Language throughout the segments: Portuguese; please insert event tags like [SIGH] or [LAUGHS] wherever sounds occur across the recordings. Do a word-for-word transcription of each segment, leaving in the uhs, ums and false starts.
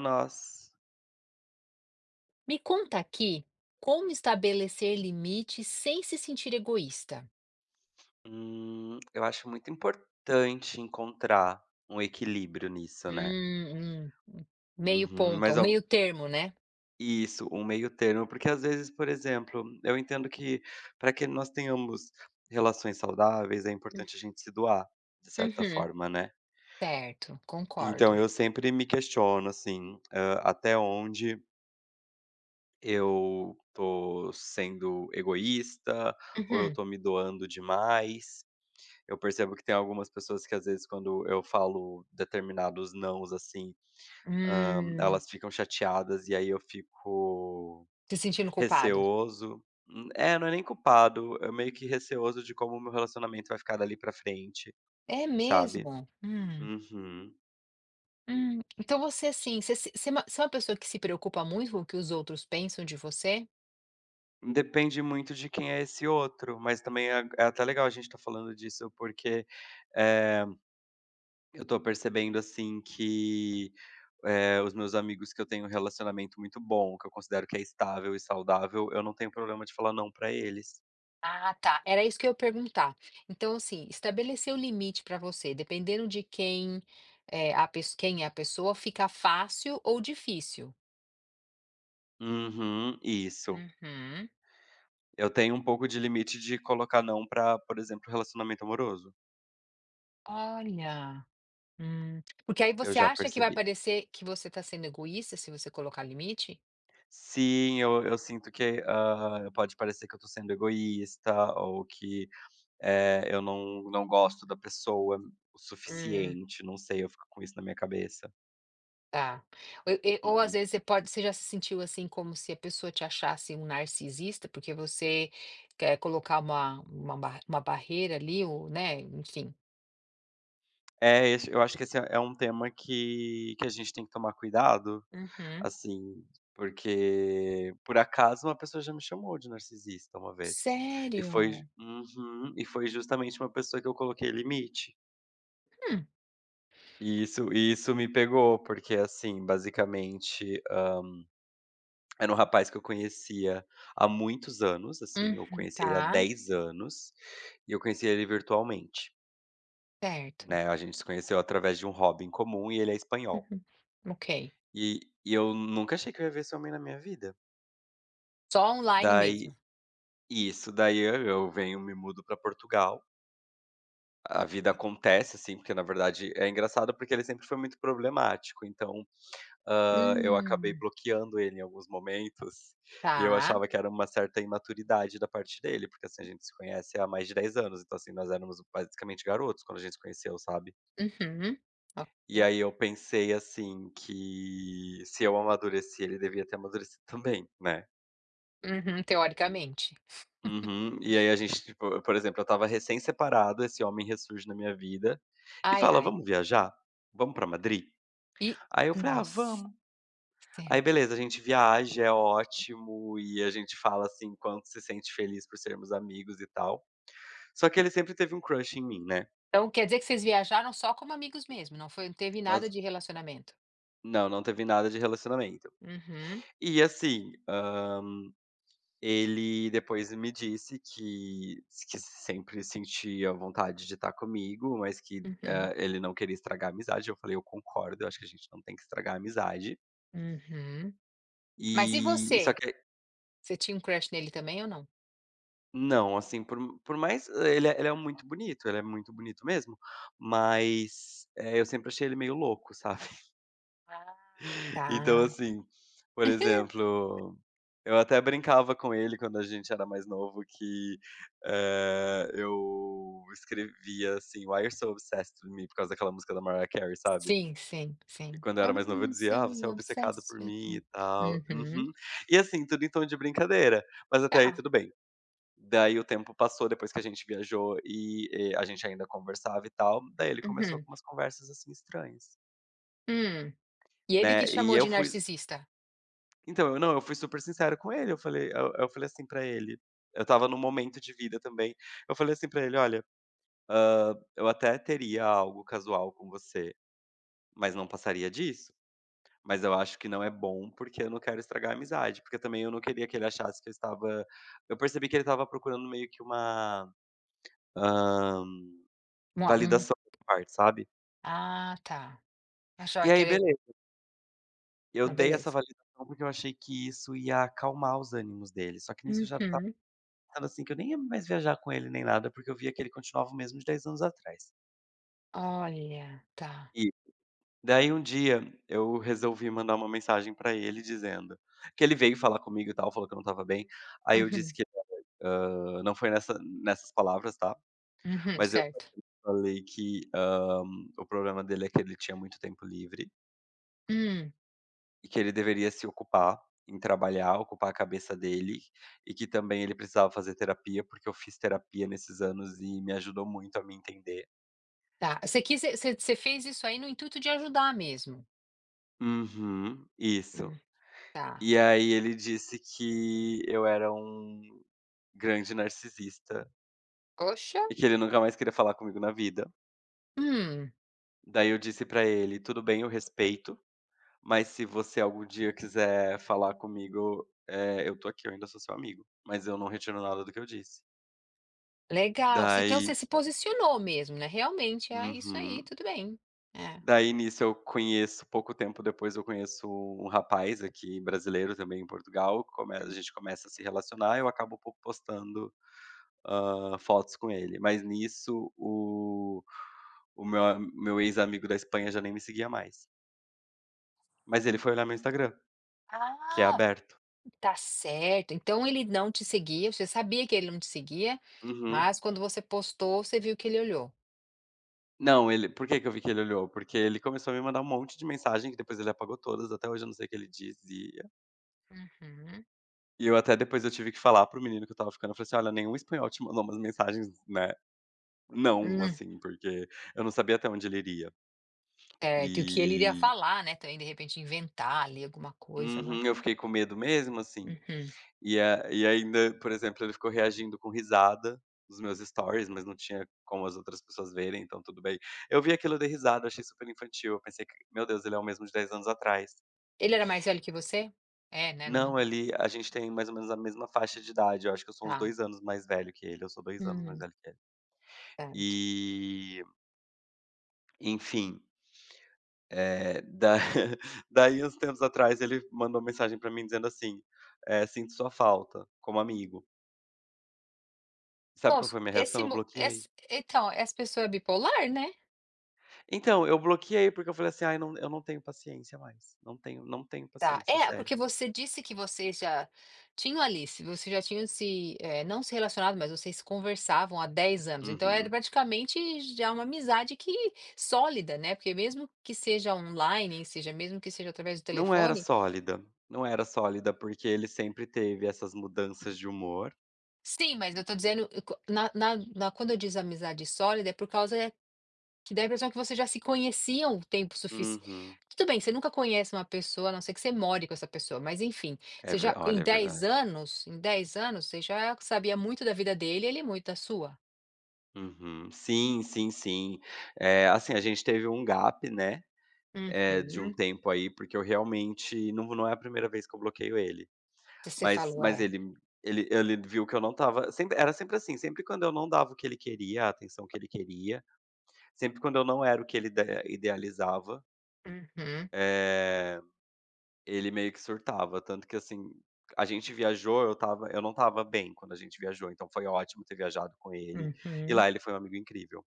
Nós. Me conta aqui como estabelecer limites sem se sentir egoísta. Hum, eu acho muito importante encontrar um equilíbrio nisso, né. Hum, hum, meio Uhum, ponto, mas um ao meio termo, né? isso, um meio termo, porque às vezes, por exemplo, eu entendo que para que nós tenhamos relações saudáveis, é importante a gente se doar, de certa Uhum, forma, né. certo, Então concordo. eu sempre me questiono, assim, hã, até onde eu tô sendo egoísta, ou eu Uhum, tô me doando demais. Eu percebo que tem algumas pessoas que às vezes quando eu falo determinados "nãos", assim, hã, hum, elas ficam chateadas e aí eu fico se sentindo culpado. receoso. Hum, é, não é nem culpado, eu meio que receoso de como o meu relacionamento vai ficar dali pra frente, É sabe. mesmo? Hum, Uhum. hum. Então você assim, você, se- você é uma você é uma pessoa que se preocupa muito com o que os outros pensam de você? Depende muito de quem é esse outro, mas também é é até legal a gente estar falando disso, porque, eh eu tô percebendo, assim, que, eh, os meus amigos que eu tenho um relacionamento muito bom, que eu considero que é estável e saudável, eu não tenho problema de falar não pra eles. Ah, tá. Era isso que eu ia perguntar. Então, assim, estabelecer o limite para você, dependendo de quem é a pes quem é a pessoa, fica fácil ou difícil? Uhum, isso. Uhum. Eu tenho um pouco de limite de colocar não pra, por exemplo, relacionamento amoroso. Olha, hum. Porque aí Eu você já acha que vai percebi. parecer que você está sendo egoísta se você colocar limite? Sim, eu eu sinto que, hã, pode parecer que eu tô sendo egoísta ou que, eh, eu não não gosto da pessoa o Hum, suficiente, não sei, eu fico com isso na minha cabeça. tá. Ou e ou às Uhum. vezes você pode você já se sentiu assim como se a pessoa te achasse um narcisista, porque você quer colocar uma uma ba uma barreira ali ou, né, enfim. É, esse eu acho que esse é é um tema que que a gente tem que tomar cuidado, Uhum. assim, porque por acaso uma pessoa já me chamou de narcisista uma vez. E foi Sério? Uhum. E foi justamente uma pessoa que eu coloquei limite. Hum, E isso e isso me pegou, porque, assim, basicamente, hã, era um rapaz que eu conhecia há muitos anos, assim, eu uhum, conheci ele há tá, dez anos, e eu conheci ele virtualmente, certo. né, a gente se conheceu através de um hobby em comum e ele é espanhol. Uhum, ok. E e eu nunca achei que eu ia ver esse homem na minha vida. Só online mesmo? Daí isso, daí eu eu venho, me mudo pra Portugal, a vida acontece, assim, porque na verdade é engraçado porque ele sempre foi muito problemático, então, hã, eu acabei Hum, bloqueando ele em alguns momentos, e eu tá. achava que era uma certa imaturidade da parte dele, porque, assim, a gente se conhece há mais de dez anos, então, assim, nós éramos basicamente garotos quando a gente se conheceu, sabe. Uhum, E ok. aí eu pensei, assim, que se eu amadureci, ele devia ter amadurecido [LAUGHS] também, né. Uhum, teoricamente. Uhum. E aí a gente, tipo, por exemplo, eu estava recém-separado, esse homem ressurge na minha vida e Ai, fala: ai. "Vamos viajar? Vamos pra Madrid?". E Aí eu falei: "Ah, nossa, vamos". Aí certo. beleza, a gente viaja, é ótimo, e a gente fala, assim, quanto se sente feliz por sermos amigos e tal. Só que ele sempre teve um crush em mim, né. Então quer dizer que vocês viajaram só como amigos mesmo, não foi não teve nada Nós de relacionamento? não, não teve nada de relacionamento. Uhum, E assim, ele depois me disse que que sempre sentia vontade de estar comigo, mas que, uhum, hã, ele não queria estragar a amizade. Eu falei: "Eu concordo, eu acho que a gente não tem que estragar a amizade". uhum. Mas e E só você? que Você tinha um crush nele também ou não? Não, assim, por por mais, eh, ele é ele é muito bonito, ele é muito bonito mesmo, mas, eh, eu sempre achei ele meio louco, sabe. Ah, [LAUGHS] Então tá. assim, por exemplo, eu até brincava com ele quando a gente era mais novo que, eh, eu escrevia assim: "Why you're so obsessed with me", por causa daquela música da Mariah Carey, sabe. Sim, sim, E sim. quando eu Why era mais novo eu you dizia: "Ah, so você é obcecado obsessed por with mim me? e tal". Uhum. Uhum. E assim, tudo em tom de brincadeira, mas até aí Tá. tudo bem. Daí o tempo passou, depois que a gente viajou e, eh, a gente ainda conversava e tal, daí ele começou Uhum. com umas conversas, assim, estranhas, Hum. E ele que né, te e chamou eu de fui narcisista? então, eu não, eu fui super sincero com ele, eu falei eu eu falei assim pra ele, eu estava num momento de vida também, eu falei assim pra ele: "Olha, hã, eu até teria algo casual com você, mas não passaria disso, mas eu acho que não é bom, porque eu não quero estragar a amizade", porque também eu não queria que ele achasse que eu estava eu percebi que ele estava procurando meio que uma, hã, Uma um validação da minha parte, sabe. ah, tá. Achava E que aí era beleza, eu não, dei essa beleza. validação, porque eu achei que isso ia acalmar os ânimos dele, só que nisso eu já Uhum. pensando assim que eu nem ia mais viajar com ele nem nada, porque eu via que ele continuava o mesmo de dez anos atrás. Olha, tá. E daí um dia eu resolvi mandar uma mensagem pra ele dizendo que ele veio falar comigo e tal, falou que eu não estava bem, aí eu disse Uhum, que, hã, não foi nessa nessas palavras, tá, uhum, mas eu certo. falei que, hã, o problema dele é que ele tinha muito tempo livre Hum, e que ele deveria se ocupar em trabalhar, ocupar a cabeça dele e que também ele precisava fazer terapia, porque eu fiz terapia nesses anos e me ajudou muito a me entender. tá. Você quis você você fez isso aí no intuito de ajudar mesmo? Uhum, isso. Hum, tá. E aí ele disse que eu era um grande narcisista Poxa. e que ele nunca mais queria falar comigo na vida. Hum, Daí eu disse pra ele: "Tudo bem, eu respeito, mas se você algum dia quiser falar comigo, eh, eu tô aqui, eu ainda sou seu amigo, mas eu não retiro nada do que eu disse". legal. Você então você Daí se posicionou mesmo, né, realmente, é isso aí, Uhum. tudo bem. É. Daí nisso eu conheço, pouco tempo depois eu conheço um rapaz aqui brasileiro também em Portugal, come a Hum. gente começa a se relacionar, eu acabo po postando, hã, fotos com ele. Mas nisso o o meu a meu ex-amigo da Espanha já nem me seguia mais. Mas ele foi olhar meu Instagram, que é Ah! aberto. Tá certo. Então ele não te seguia, você sabia que ele não te seguia, Uhum. mas quando você postou, você viu que ele olhou. Não, ele, por que que eu vi que ele olhou? Porque ele começou a me mandar um monte de mensagem, que depois ele apagou todas, até hoje eu não sei o que ele dizia. Uhum. E eu até depois eu tive que falar para o menino que eu estava ficando, eu falei assim: "Olha, nenhum espanhol te mandou umas mensagens, né, não, Hum, assim", porque eu não sabia até onde ele iria. certo. E o que ele iria E falar, né, também de repente inventar ali alguma coisa, não é? uhum, eu fiquei com medo mesmo, assim. Uhum. E a e ainda, por exemplo, ele ficou reagindo com risada nos meus stories, mas não tinha como as outras pessoas verem, então tudo bem. Eu vi aquilo, eu dei risada, eu achei super infantil, eu pensei que: "Meu Deus, ele é o mesmo de dez anos atrás". Ele era mais velho que você? É, né, não Não, ele, a gente tem mais ou menos a mesma faixa de idade, eu acho que eu sou uns tá. dois anos mais velho que ele, eu sou dois anos mais Hum, velho que ele. certo. E, enfim, eh, da [LAUGHS] daí uns tempos atrás ele mandou mensagem pra mim dizendo assim, eh: "Sinto sua falta, como amigo". Sabe Bom, qual foi a minha reação? esse Eu mo bloqueei. esse então, essa pessoa é bipolar, né? Então, eu bloqueei, porque eu falei assim: "Ai, não, eu não tenho paciência mais, não tenho não tenho Tá. paciência, É, sério". porque você disse que vocês já tinham ali, se vocês já tinham se, eh, não se relacionado, mas vocês conversavam há dez anos, então é Uhum. praticamente já uma amizade que sólida, né, porque mesmo que seja online, seja mesmo que seja através do Não era telefone sólida, não era sólida, porque ele sempre teve essas mudanças de humor. sim, mas eu estou dizendo, eh, co- na na na quando eu diz amizade sólida, é por causa. Que dá a impressão que vocês já se conheciam o tempo suficiente. Uhum. Tudo bem, você nunca conhece uma pessoa, a não ser que você more com essa pessoa, mas enfim, É você ver já Olha, em é dez verdade. anos em dez anos, você já sabia muito da vida dele e ele muito da sua? Uhum. Sim, sim, sim. Eh, assim, a gente teve um gap, né, eh, de um Uhum. tempo aí, porque eu realmente não não é a primeira vez que eu bloqueio ele, Você mas falou: mas "É". ele ele ele viu que eu não estava, sempre era sempre assim, sempre quando eu não dava o que ele queria, a atenção que ele queria. Sempre quando eu não era o que ele ide idealizava, Uhum, eh, ele meio que surtava, tanto que, assim, a gente viajou, eu estava eu não estava bem quando a gente viajou, então foi ótimo ter viajado com ele, e uhum. lá ele foi um amigo incrível.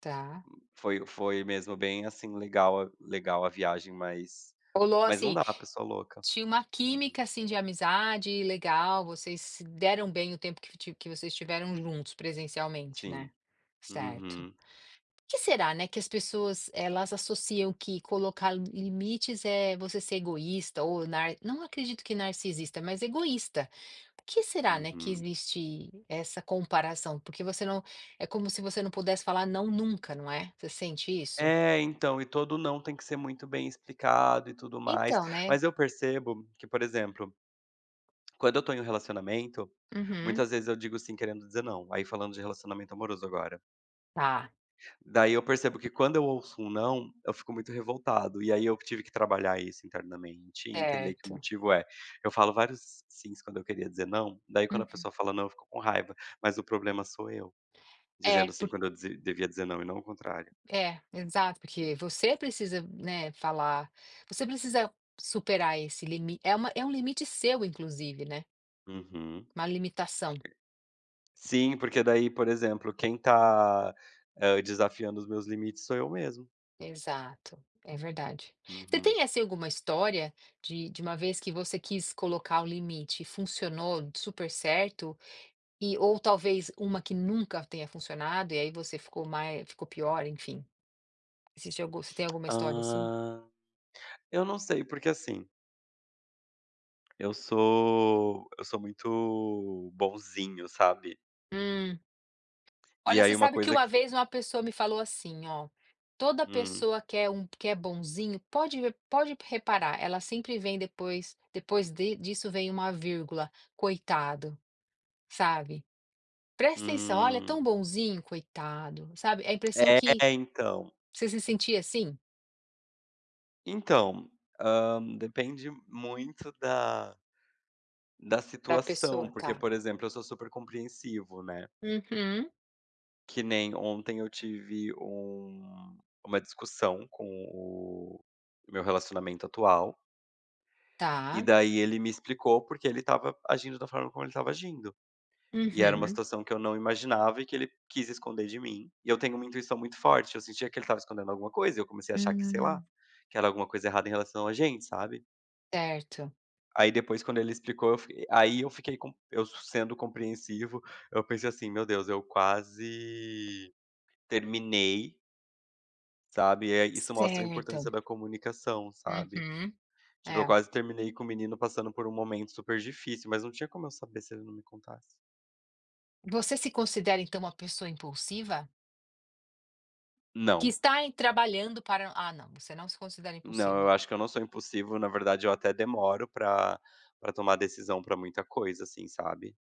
Tá. Foi foi mesmo bem, assim, legal a legal a viagem, mas Rolou, mas não assim, dá, pessoa louca. tinha uma Uhum. química, assim, de amizade legal, vocês se deram bem o tempo que ti que vocês estiveram juntos presencialmente, né? Sim. Certo. Uhum, Que será, né, que as pessoas elas associam que colocar limites é você ser egoísta ou nar... não acredito que narcisista, mas egoísta. Por que será, né, que uhum. existe essa comparação? Porque você não é como se você não pudesse falar não nunca, não é? Você sente isso? É, então, e todo "não" tem que ser muito bem explicado e tudo mais, Então, né? mas eu percebo que, por exemplo, quando eu tô em um relacionamento, Uhum. muitas vezes eu digo sim querendo dizer não. Aí falando de relacionamento amoroso agora. Tá, Daí eu percebo que quando eu ouço um não, eu fico muito revoltado. E aí eu tive que trabalhar isso internamente e entender que o certo. motivo é. Eu falo vários sims quando eu queria dizer não, daí quando a Uhum. pessoa fala não, eu fico com raiva. Mas o problema sou eu, dizendo É, sim por- quando eu dizi- devia dizer não e não o contrário. é, exato, porque você precisa, né, falar, você precisa superar esse limite. É uma, é um limite seu, inclusive, né? Uhum. Uma limitação. Sim, porque daí, por exemplo, quem tá eh, desafiando os meus limites sou eu mesmo. Exato, é verdade. Você Uhum. tem, assim, alguma história de de uma vez que você quis colocar o limite e funcionou super certo e ou talvez uma que nunca tenha funcionado e aí você ficou mais, ficou pior, enfim. Existe algu Você tem alguma história assim? Ah, eu não sei, porque assim, eu sou eu sou muito bonzinho, sabe. Hum. E Olha, você aí uma sabe que coisa uma que vez uma pessoa me falou assim, ó: "Toda hum, pessoa que é um que é bonzinho, pode ver pode reparar, ela sempre vem depois depois de disso vem uma vírgula, coitado", sabe? Presta atenção, "Olha, é tão hum. bonzinho, coitado", sabe, é a impressão É, que então. você se sentia assim? Então, hã, depende muito da da Da situação, pessoa, porque, tá. por exemplo, eu sou super compreensivo, né. Uhum. Que nem ontem eu tive um uma discussão com o meu relacionamento atual, e Tá. daí ele me explicou porque ele estava agindo da forma como ele estava agindo. E era uma Uhum. situação que eu não imaginava e que ele quis esconder de mim. E eu tenho uma intuição muito forte, eu sentia que ele estava escondendo alguma coisa, e eu comecei a achar que, sei lá, Hum. que era alguma coisa errada em relação a gente, sabe. Certo, Aí depois quando ele explicou, eu fiquei aí eu fiquei com eu sendo compreensivo, eu pensei assim: "Meu Deus, eu quase terminei", sabe. Eh, isso mostra a certo. importância da comunicação, sabe. Uhum. Tipo, eu É. quase terminei com o menino passando por um momento super difícil, mas não tinha como eu saber se ele não me contasse. Você se considera, então, uma pessoa impulsiva? Que Não. está em trabalhando para ah, não, você não se considera Não, impulsiva. eu acho que eu não sou impulsivo, na verdade eu até demoro pra pra tomar decisão pra muita coisa, assim, sabe.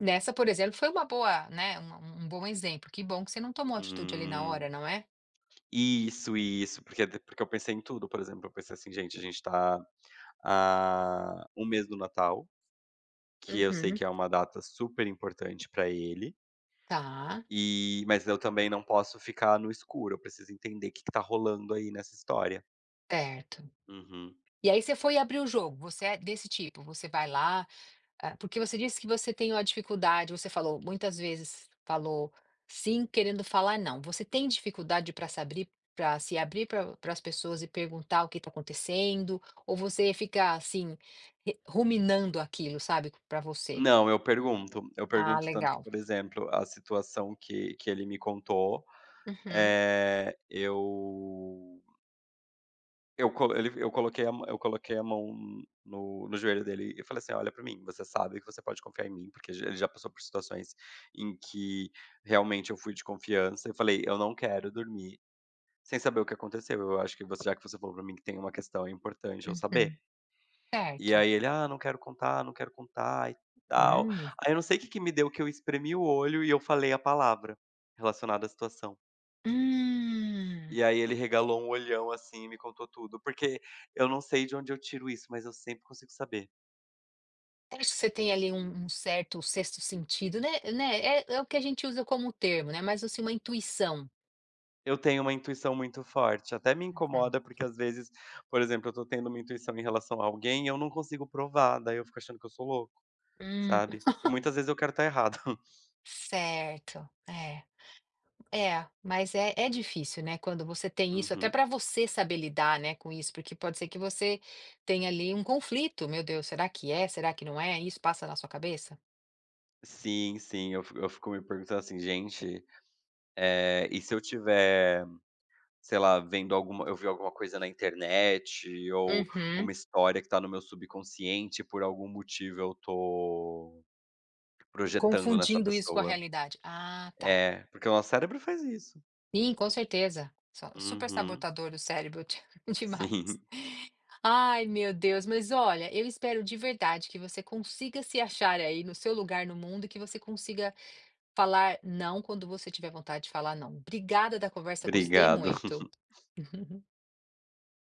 Nessa, por exemplo, foi uma boa, né, uma um um bom exemplo. Que bom que você não tomou atitude ali na hora, "Hum, não é? isso, isso", porque d porque eu pensei em tudo, por exemplo, eu pensei assim: "Gente, a gente tá a um mês do Natal", que eu sei Uhum. que é uma data super importante pra ele, Tá, e mas eu também não posso ficar no escuro, eu preciso entender o que que tá rolando aí nessa história. certo. Uhum. E aí você foi abrir o jogo, você é desse tipo, você vai lá, ah, porque você disse que você tem uma dificuldade, você falou muitas vezes falou sim querendo falar não. Você tem dificuldade para se abrir para se abrir para as pessoas e perguntar o que está acontecendo? Ou você fica assim, re- ruminando aquilo, sabe, para você? Não, eu pergunto, eu Ah, pergunto tanto que, legal. por exemplo, a situação que que ele me contou. Uhum, Eh, eu eu co ele eu coloquei a mã eu coloquei a mão no no joelho dele e falei assim: "Olha pra mim, você sabe que você pode confiar em mim", porque já ele já passou por situações em que realmente eu fui de confiança. Eu falei: "Eu não quero dormir sem saber o que aconteceu. Eu acho que você, já que você falou pra mim que tem uma questão, é importante eu saber". uhum. E Certo. aí ele: "Ah, não quero contar, não quero contar e tal". Hum. Aí eu não sei o que que me deu que eu espremi o olho e eu falei a palavra relacionada à situação. Hum. E aí ele regalou um olhão, assim, e me contou tudo, porque eu não sei de onde eu tiro isso, mas eu sempre consigo saber. Acho que você tem ali um um certo sexto sentido, né né, é é o que a gente usa como termo, né, mas assim, uma intuição. Eu tenho uma intuição muito forte, até me Uhum. incomoda, porque às vezes, por exemplo, eu tô tendo uma intuição em relação a alguém e eu não consigo provar, daí eu fico achando que eu sou louco, Hum, sabe. E muitas vezes eu quero estar errado. [LAUGHS] certo, é. É, mas é é difícil, né, quando você tem isso, até Uhum. para você saber lidar, né, com isso, porque pode ser que você tenha ali um conflito, "Meu Deus, será que é? Será que não é?" Isso passa na sua cabeça? Sim, sim, eu fico eu fico me perguntando assim: "Gente, eh, e se eu tiver, sei lá, vendo alguma, eu vi alguma coisa na internet ou Uhum. uma história que tá no meu subconsciente, por algum motivo eu tô projetando nessa Confundindo isso com a pessoa". realidade. Ah, tá. É, porque o nosso cérebro faz isso. Sim, com certeza. Só super Uhum, sabotador do cérebro [LAUGHS] demais. sim, [LAUGHS] Ai, meu Deus, mas olha, eu espero de verdade que você consiga se achar aí no seu lugar no mundo e que você consiga falar não quando você tiver vontade de falar não. Obrigada da conversa, gostei obrigado. muito. [LAUGHS]